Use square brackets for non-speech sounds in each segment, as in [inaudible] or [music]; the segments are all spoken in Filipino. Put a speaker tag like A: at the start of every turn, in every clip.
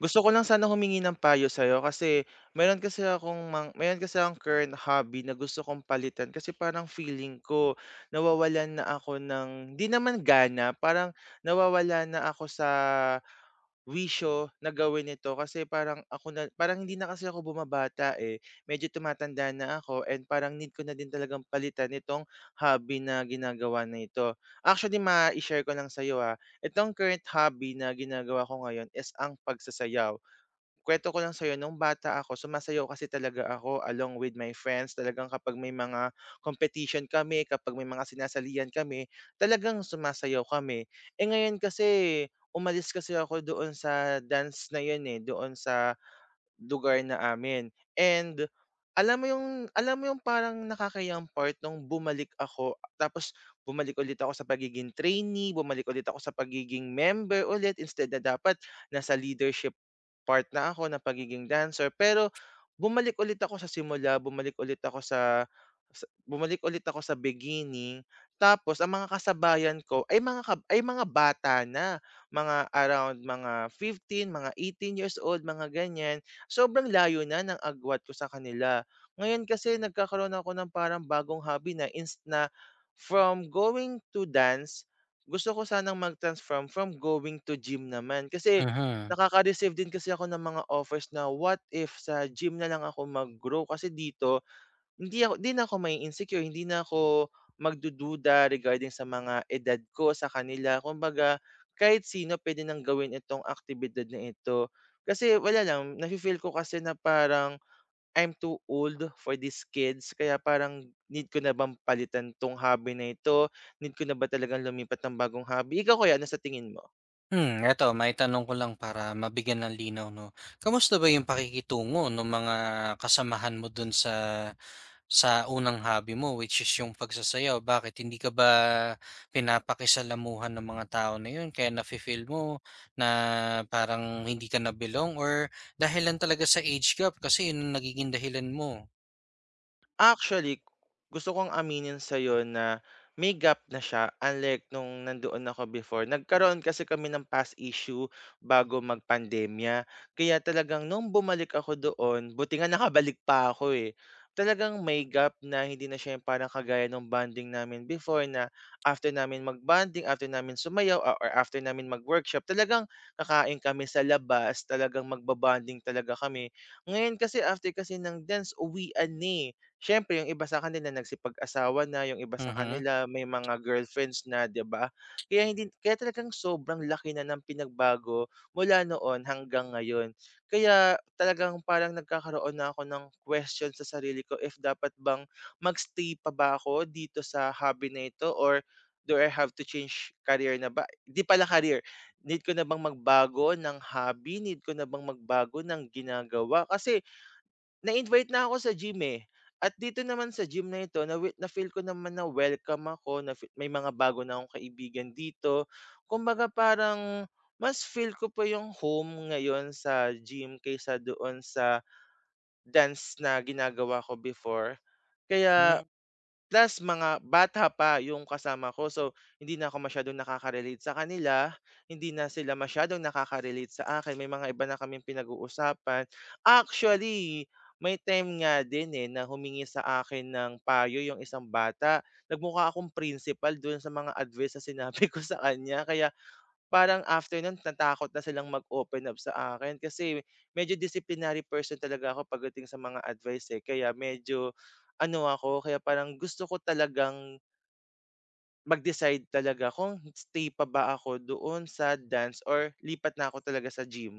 A: Gusto ko lang sana humingi ng payo sa'yo kasi meron kasi akong current hobby na gusto kong palitan kasi parang feeling ko nawawalan na ako ng 'di naman gana, parang nawawala na ako sa wisyo na gawin ito kasi parang ako na parang hindi na kasi ako bumabata, eh. Medyo tumatanda na ako and parang need ko na din talagang palitan itong hobby na ginagawa na ito. Actually, ma share ko lang sa'yo, itong current hobby na ginagawa ko ngayon is ang pagsasayaw. Kuwento ko lang sa'yo nung bata ako sumasayaw kasi talaga ako along with my friends. Talagang kapag may mga competition kami, kapag may mga sinasalian kami, talagang sumasayaw kami. Eh, ngayon kasi umalis kasi ako doon sa dance na yun, eh, doon sa lugar na amin and alam mo yung alam mo yung parang nakakayang part nung bumalik ako tapos bumalik ulit ako sa pagiging trainee, bumalik ulit ako sa pagiging member ulit instead na dapat nasa leadership part na ako na pagiging dancer pero bumalik ulit ako sa simula, bumalik ulit ako sa beginning tapos ang mga kasabayan ko ay mga bata na mga around mga 15 mga 18 years old, mga ganyan. Sobrang layo na ng agwat ko sa kanila. Ngayon kasi nagkakaroon ako ng parang bagong hobby na ins na from going to dance, gusto ko sanang mag-transform from going to gym naman. Kasi
B: Mhm.
A: nakaka-receive din kasi ako ng mga offers na what if sa gym na lang ako mag-grow kasi dito hindi ako 'di na ako may insecure, hindi na ako magdududa regarding sa mga edad ko, sa kanila. Kumbaga, kahit sino puwede nang gawin itong aktibidad na ito. Kasi wala lang, nafi-feel ko kasi na parang I'm too old for these kids kaya parang need ko na bang palitan 'tong hobby na ito? Need ko na ba talagang lumipat ng bagong hobby? Ikaw kaya, ano sa tingin mo?
B: Eto may tanong ko lang para mabigyan ng linaw 'no. Kamusta ba yung pakikitungo ng mga kasamahan mo dun sa unang hobby mo, which is yung pagsasayaw? Bakit hindi ka ba pinapakisalamuhan ng mga tao na yun kaya nafi-feel mo na parang hindi ka na belong, or dahilan talaga sa age gap kasi yun ang nagiging dahilan mo?
A: Actually, gusto kong aminin sa'yo na may gap na siya unlike nung nandoon ako before. Nagkaroon kasi kami ng past issue bago magpandemya. Kaya talagang nung bumalik ako doon, buti nga [laughs] nakabalik pa ako eh. Talagang may gap na hindi na siya yung parang kagaya ng bonding namin before na after namin mag-bonding, after namin sumayaw, or after namin mag-workshop, talagang kakain kami sa labas, talagang magbabanding talaga kami. Ngayon kasi after kasi ng dance, uwian na eh. Siyempre yung iba sa kanila nagsipag-asawa na, yung iba sa
B: Mhm.
A: kanila may mga girlfriends na, 'di ba? Kaya hindi kaya talagang sobrang laki na ng pinagbago mula noon hanggang ngayon. Kaya talagang parang nagkakaroon na ako ng question sa sarili ko if dapat bang mag-stay pa ba ako dito sa hobby na ito or do I have to change career na ba? 'Di pala career, need ko na bang magbago ng hobby? Need ko na bang magbago ng ginagawa? Kasi na-invite na ako sa gym, eh, at dito naman sa gym na ito na-feel ko naman na welcome ako, na may mga bago na akong kaibigan dito. Kumbaga parang mas feel ko pa yung home ngayon sa gym kaysa doon sa dance na ginagawa ko before. Kaya. Plus mga bata pa yung kasama ko, so hindi na ako masyadong nakaka-relate sa kanila, hindi na sila masyadong nakaka-relate sa akin, may mga iba na kaming pinag-uusapan. Actually, may time nga din, eh, na humingi sa akin ng payo yung isang bata, nagmukha akong principal doon sa mga advice na sinabi [laughs] ko sa kanya, kaya parang after nun natakot na silang mag-open up sa akin kasi medyo disciplinary person talaga ako pagdating sa mga advice, eh. Kaya medyo ano ako, kaya parang gusto ko talagang mag-decide talaga kung stay pa ba ako doon sa dance or lipat na ako talaga sa gym.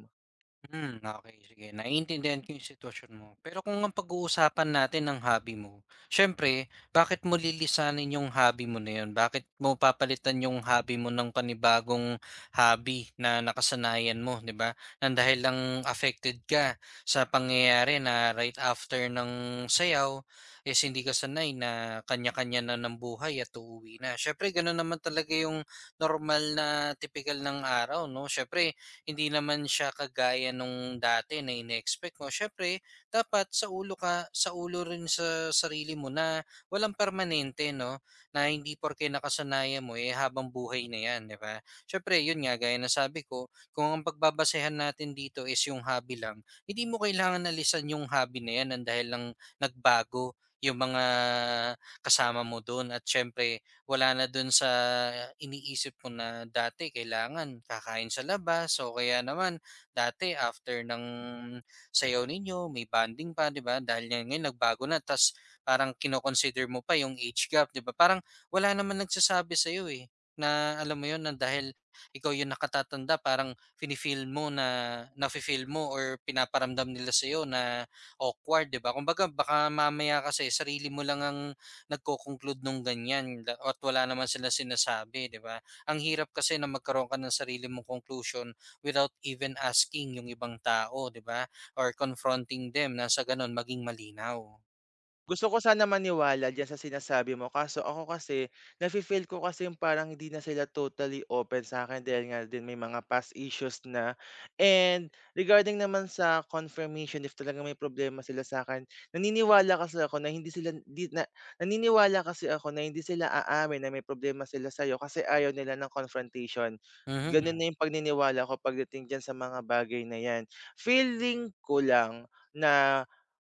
B: Okey, sige, naiintindihan ko yung sitwasyon mo. Pero kung ang pag-uusapan natin ng hobby mo, siyempre bakit mo lilisanin yung hobby mo na yun? Bakit mo papalitan yung hobby mo ng panibagong hobby na nakasanayan mo, 'di ba? Nang dahil lang affected ka sa pangyayari na right after ng sayaw is hindi ka sanay na kanya-kanya na ng buhay at uuwi na. Siyempre gano'n naman talaga yung normal na tipikal ng araw 'no, siyempre hindi naman siya kagaya nung dati na ine-expect mo. Syempre dapat sa ulo ka, sa ulo rin sa sarili mo na walang permanente, no? Na hindi porke nakasanayan mo, eh, habang buhay na yan, di ba? Siyempre, yun nga, gaya na sabi ko, kung ang pagbabasehan natin dito is yung hobby lang, hindi mo kailangan alisan yung hobby na yan ang dahil lang nagbago yung mga kasama mo doon at syempre wala na dun sa iniisip mo na dati kailangan kakain sa labas, so kaya naman dati after ng sayaw ninyo may bonding pa, 'di ba? Dahil yan ngayon nagbago na, tas parang kino-consider mo pa yung age gap, 'di ba? Parang wala naman nagsasabi sa iyo, eh, na alam mo yun, na dahil ikaw yung nakatatanda parang fini-feel mo na, nafi-feel mo or pinaparamdam nila sa na awkward, 'di ba? Kumbaga baka mamaya kasi sarili mo lang ang nagko conclude nung ganyan la at wala naman silang sinasabi, 'di ba? Ang hirap kasi na magkaroon ka ng sarili mong conclusion without even asking yung ibang tao, 'di ba? Or confronting them na sa gano'n maging malinaw.
A: Gusto ko sana maniwala diyan sa sinasabi mo kaso ako kasi nafi-feel ko kasi yung parang hindi na sila totally open sa akin, dahil nga din may mga past issues na. And regarding naman sa confirmation if talaga may problema sila sa akin, naniniwala kasi ako na hindi sila di na naniniwala kasi ako na hindi sila aamin na may problema sila sa'yo kasi ayaw nila ng confrontation. Gano'n
B: Mhm,
A: na 'yung paniniwala ko pagdating diyan sa mga bagay na 'yan. Feeling ko lang na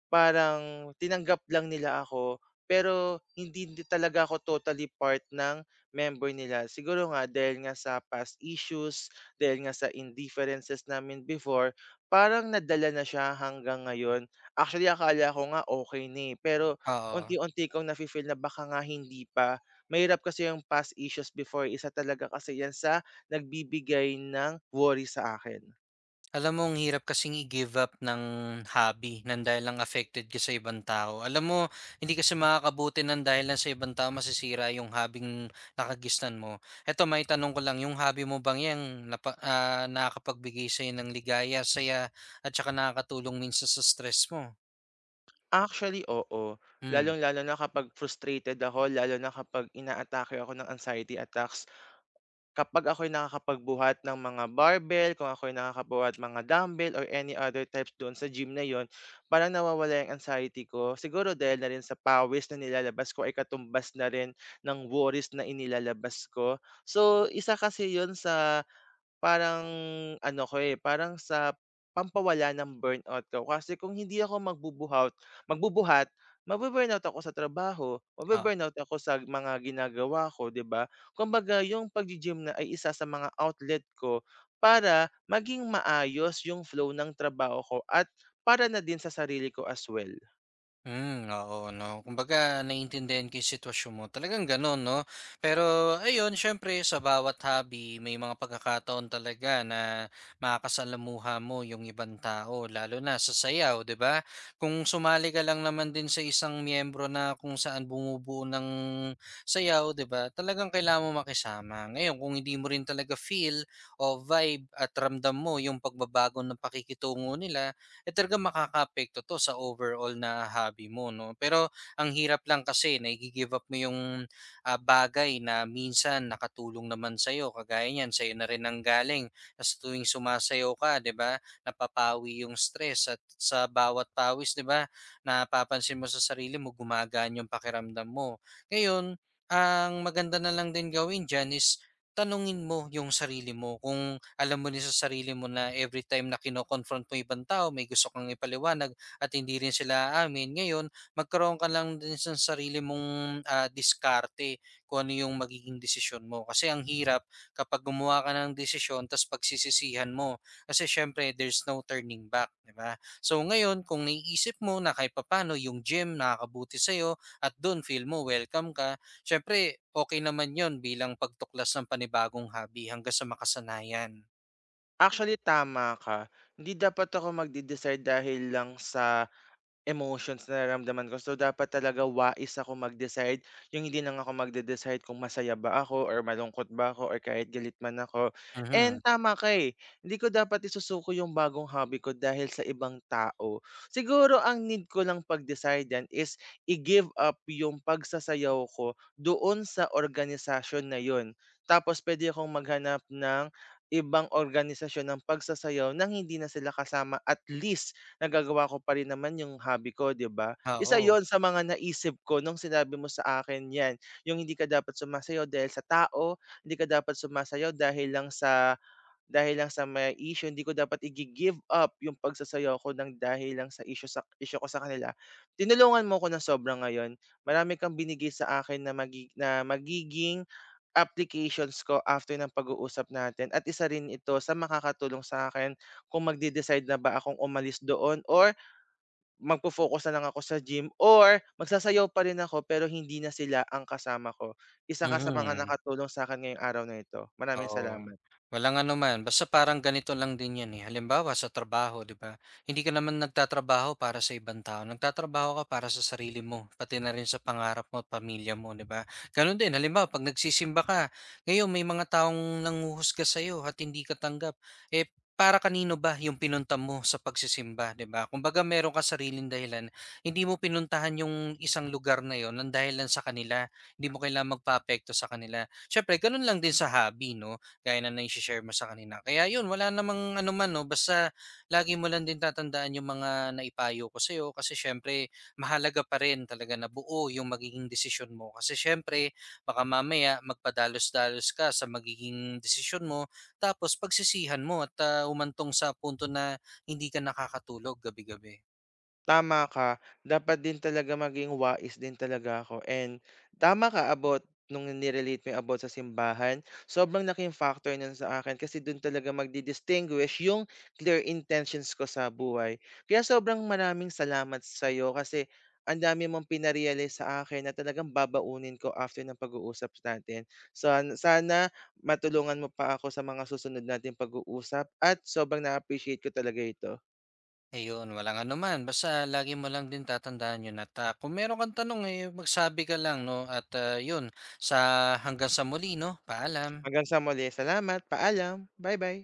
A: parang tinanggap lang nila ako, pero hindi din talaga ako totally part ng member nila. Siguro nga dahil nga sa past issues, dahil nga sa indifferences namin before, parang nadala na siya hanggang ngayon. Actually, akala ko nga okay na, eh, pero
B: oo.
A: unti-unti kong nafi-feel na baka nga hindi pa. Mahirap kasi yung past issues before, isa talaga kasi yan sa nagbibigay ng worry sa akin.
B: Alam mo ang hirap kasing i-give up ng hobby nang dahil lang affected ka sa ibang tao. Alam mo, hindi kasi makakabuti nang dahil lang sa ibang tao masisira yung hobby-ng nakagisnan mo. Eto may tanong ko lang, yung hobby mo bang 'yan nakakapagbigay sa'yo ng ligaya, saya at saka nakakatulong minsan sa stress mo?
A: Actually, oo.
B: Hmm,
A: Lalong-lalo na kapag frustrated ako, lalo na kapag inaatake ako ng anxiety attacks. Kapag ako'y nakakapagbuhat ng mga barbell, kung ako'y nakakabuhat mga dumbbell or any other types doon sa gym na yon, parang nawawala yung anxiety ko. Siguro dahil na rin sa pawis na nilalabas ko ay katumbas na rin ng worries na inilalabas ko. So, isa kasi yon sa parang ano ko, eh, parang sa pampawala ng burnout ko kasi kung hindi ako magbubuhat magbubuhat, mabu-burnout ako sa trabaho, mabu-burnout ako sa mga ginagawa ko, 'di ba? Kumbaga yung pag gym na ay isa sa mga outlet ko para maging maayos yung flow ng trabaho ko at para na din sa sarili ko as well.
B: Oo 'no. Kumbaga naiintindihan ko 'yung sitwasyon mo, talagang gano'n 'no. Pero ayun, siyempre sa bawat hobby may mga pagkakataon talaga na makakasalamuha mo 'yung ibang tao, lalo na sa sayaw, 'di ba? Kung sumali ka lang naman din sa isang miyembro na kung saan bumubuo ng sayaw, 'di ba, talagang kailangan mo makisama. Ngayon kung hindi mo rin talaga feel o vibe at ramdam mo 'yung pagbabago ng pakikitungo nila, eh, talagang makakaapekto 'to sa overall na hobby mo 'no. Pero ang hirap lang kasi nagi-give up mo yung, bagay na minsan nakatulong naman sa iyo kagaya niyan sa na rin nanggaling. Sa tuwing sumasayaw ka, 'di ba, napapawi yung stress at sa bawat pawis, 'di ba, napapansin mo sa sarili mo gumagaan yung pakiramdam mo. Ngayon, ang maganda na lang din gawin diyan is tanungin mo yung sarili mo kung alam mo rin sa sarili mo na every time na kino-confront mo ibang tao, may gusto kang ipaliwanag at hindi rin sila aamin. Ngayon, magkaroon ka lang din sa sarili mong, diskarte kung ano 'yung magiging desisyon mo. Kasi ang hirap kapag gumawa ka ng desisyon ta's pagsisisihan mo. Kasi siyempre there's no turning back, 'di ba? So ngayon, kung naiisip mo na kahit papano 'yung gym nakakabuti sa'yo at do'n feel mo welcome ka, siyempre okay naman yon bilang pagtuklas ng panibagong hobby hanggang sa makasanayan.
A: Actually, tama ka. Hindi dapat ako magde-decide dahil lang sa emotions na nararamdaman ko. So, dapat talaga wais ako mag-decide. Yung hindi lang ako magde-decide kung masaya ba ako or malungkot ba ako or kahit galit man ako. And
B: Mhm.
A: tama ka eh. Hindi ko dapat isusuko yung bagong hobby ko dahil sa ibang tao. Siguro ang need ko lang pag-decide yan is i-give up yung pagsasayaw ko doon sa organisasyon na yun. Tapos pwede akong maghanap ng ibang organisasyon ng pagsasayaw nang hindi na sila kasama at least nagagawa ko pa rin naman yung hobby ko, 'di ba? Isa
B: Oo.
A: 'yon sa mga naisip ko nung sinabi mo sa akin 'yan, yung hindi ka dapat sumasayaw dahil sa tao, hindi ka dapat sumasayaw dahil lang sa may issue, hindi ko dapat i give up yung pagsasayaw ko ng dahil lang sa issue ko sa kanila. Tinulungan mo ko ng sobra ngayon, marami kang binigay sa akin na magiging applications ko after ng pag-uusap natin at isa rin ito sa makakatulong sa akin kung magde-decide na ba akong umalis doon or magfo-focus na lang ako sa gym or magsasayaw pa rin ako pero hindi na sila ang kasama ko. Isa ka sa mga
B: Mhm.
A: nakatulong sa akin ngayong araw na ito. Maraming
B: Oo,
A: salamat.
B: walang anuman. Basta parang ganito lang din 'yan, eh, halimbawa sa trabaho, 'di ba, hindi ka naman nagtatrabaho para sa ibang tao, nagtatrabaho ka para sa sarili mo, pati na rin sa pangarap mo at pamilya mo, 'di ba? Gano'n din halimbawa 'pag nagsisimba ka, ngayon may mga taong nanghuhusga sa'yo at hindi ka tanggap, eh, para kanino ba yung pinunta mo sa pagsisimba, 'di ba? Kumbaga meron kang sariling dahilan, hindi mo pinuntahan yung isang lugar na yon ng dahilan sa kanila, hindi mo kailangang magpaapekto sa kanila. Siyempre gano'n lang din sa hobby 'no, gaya na nai-she-share mo sa kanina. Kaya 'yun wala namang ano man 'no, basta lagi mo lang din tatandaan yung mga naipayo ko sa'yo kasi siyempre mahalaga pa rin talaga na buo yung magiging desisyon mo. Kasi siyempre baka mamaya magpadalos-dalos ka sa magiging desisyon mo tapos pagsisihan mo at, humantong sa punto na hindi ka nakakatulog gabi-gabi.
A: Tama ka, dapat din talaga maging wais din talaga ako and tama ka about nung nirelate mo yung about sa simbahan, sobrang laking factor nun sa akin kasi dun talaga magdi-distinguish yung clear intentions ko sa buhay. Kaya sobrang maraming salamat sa'yo kasi ang dami mong sa akin na talagang babaunin ko after ng pag-uusap natin. So, sana matulungan mo pa ako sa mga susunod natin pag-uusap at sobrang na-appreciate ko talaga ito.
B: Ayun, walang anuman. Basta lagi mo lang din tatandaan yun at kung meron kang tanong, eh, magsabi ka lang, no? At yun, sa hanggang sa muli, no? Paalam.
A: Hanggang sa muli, salamat, paalam, bye-bye.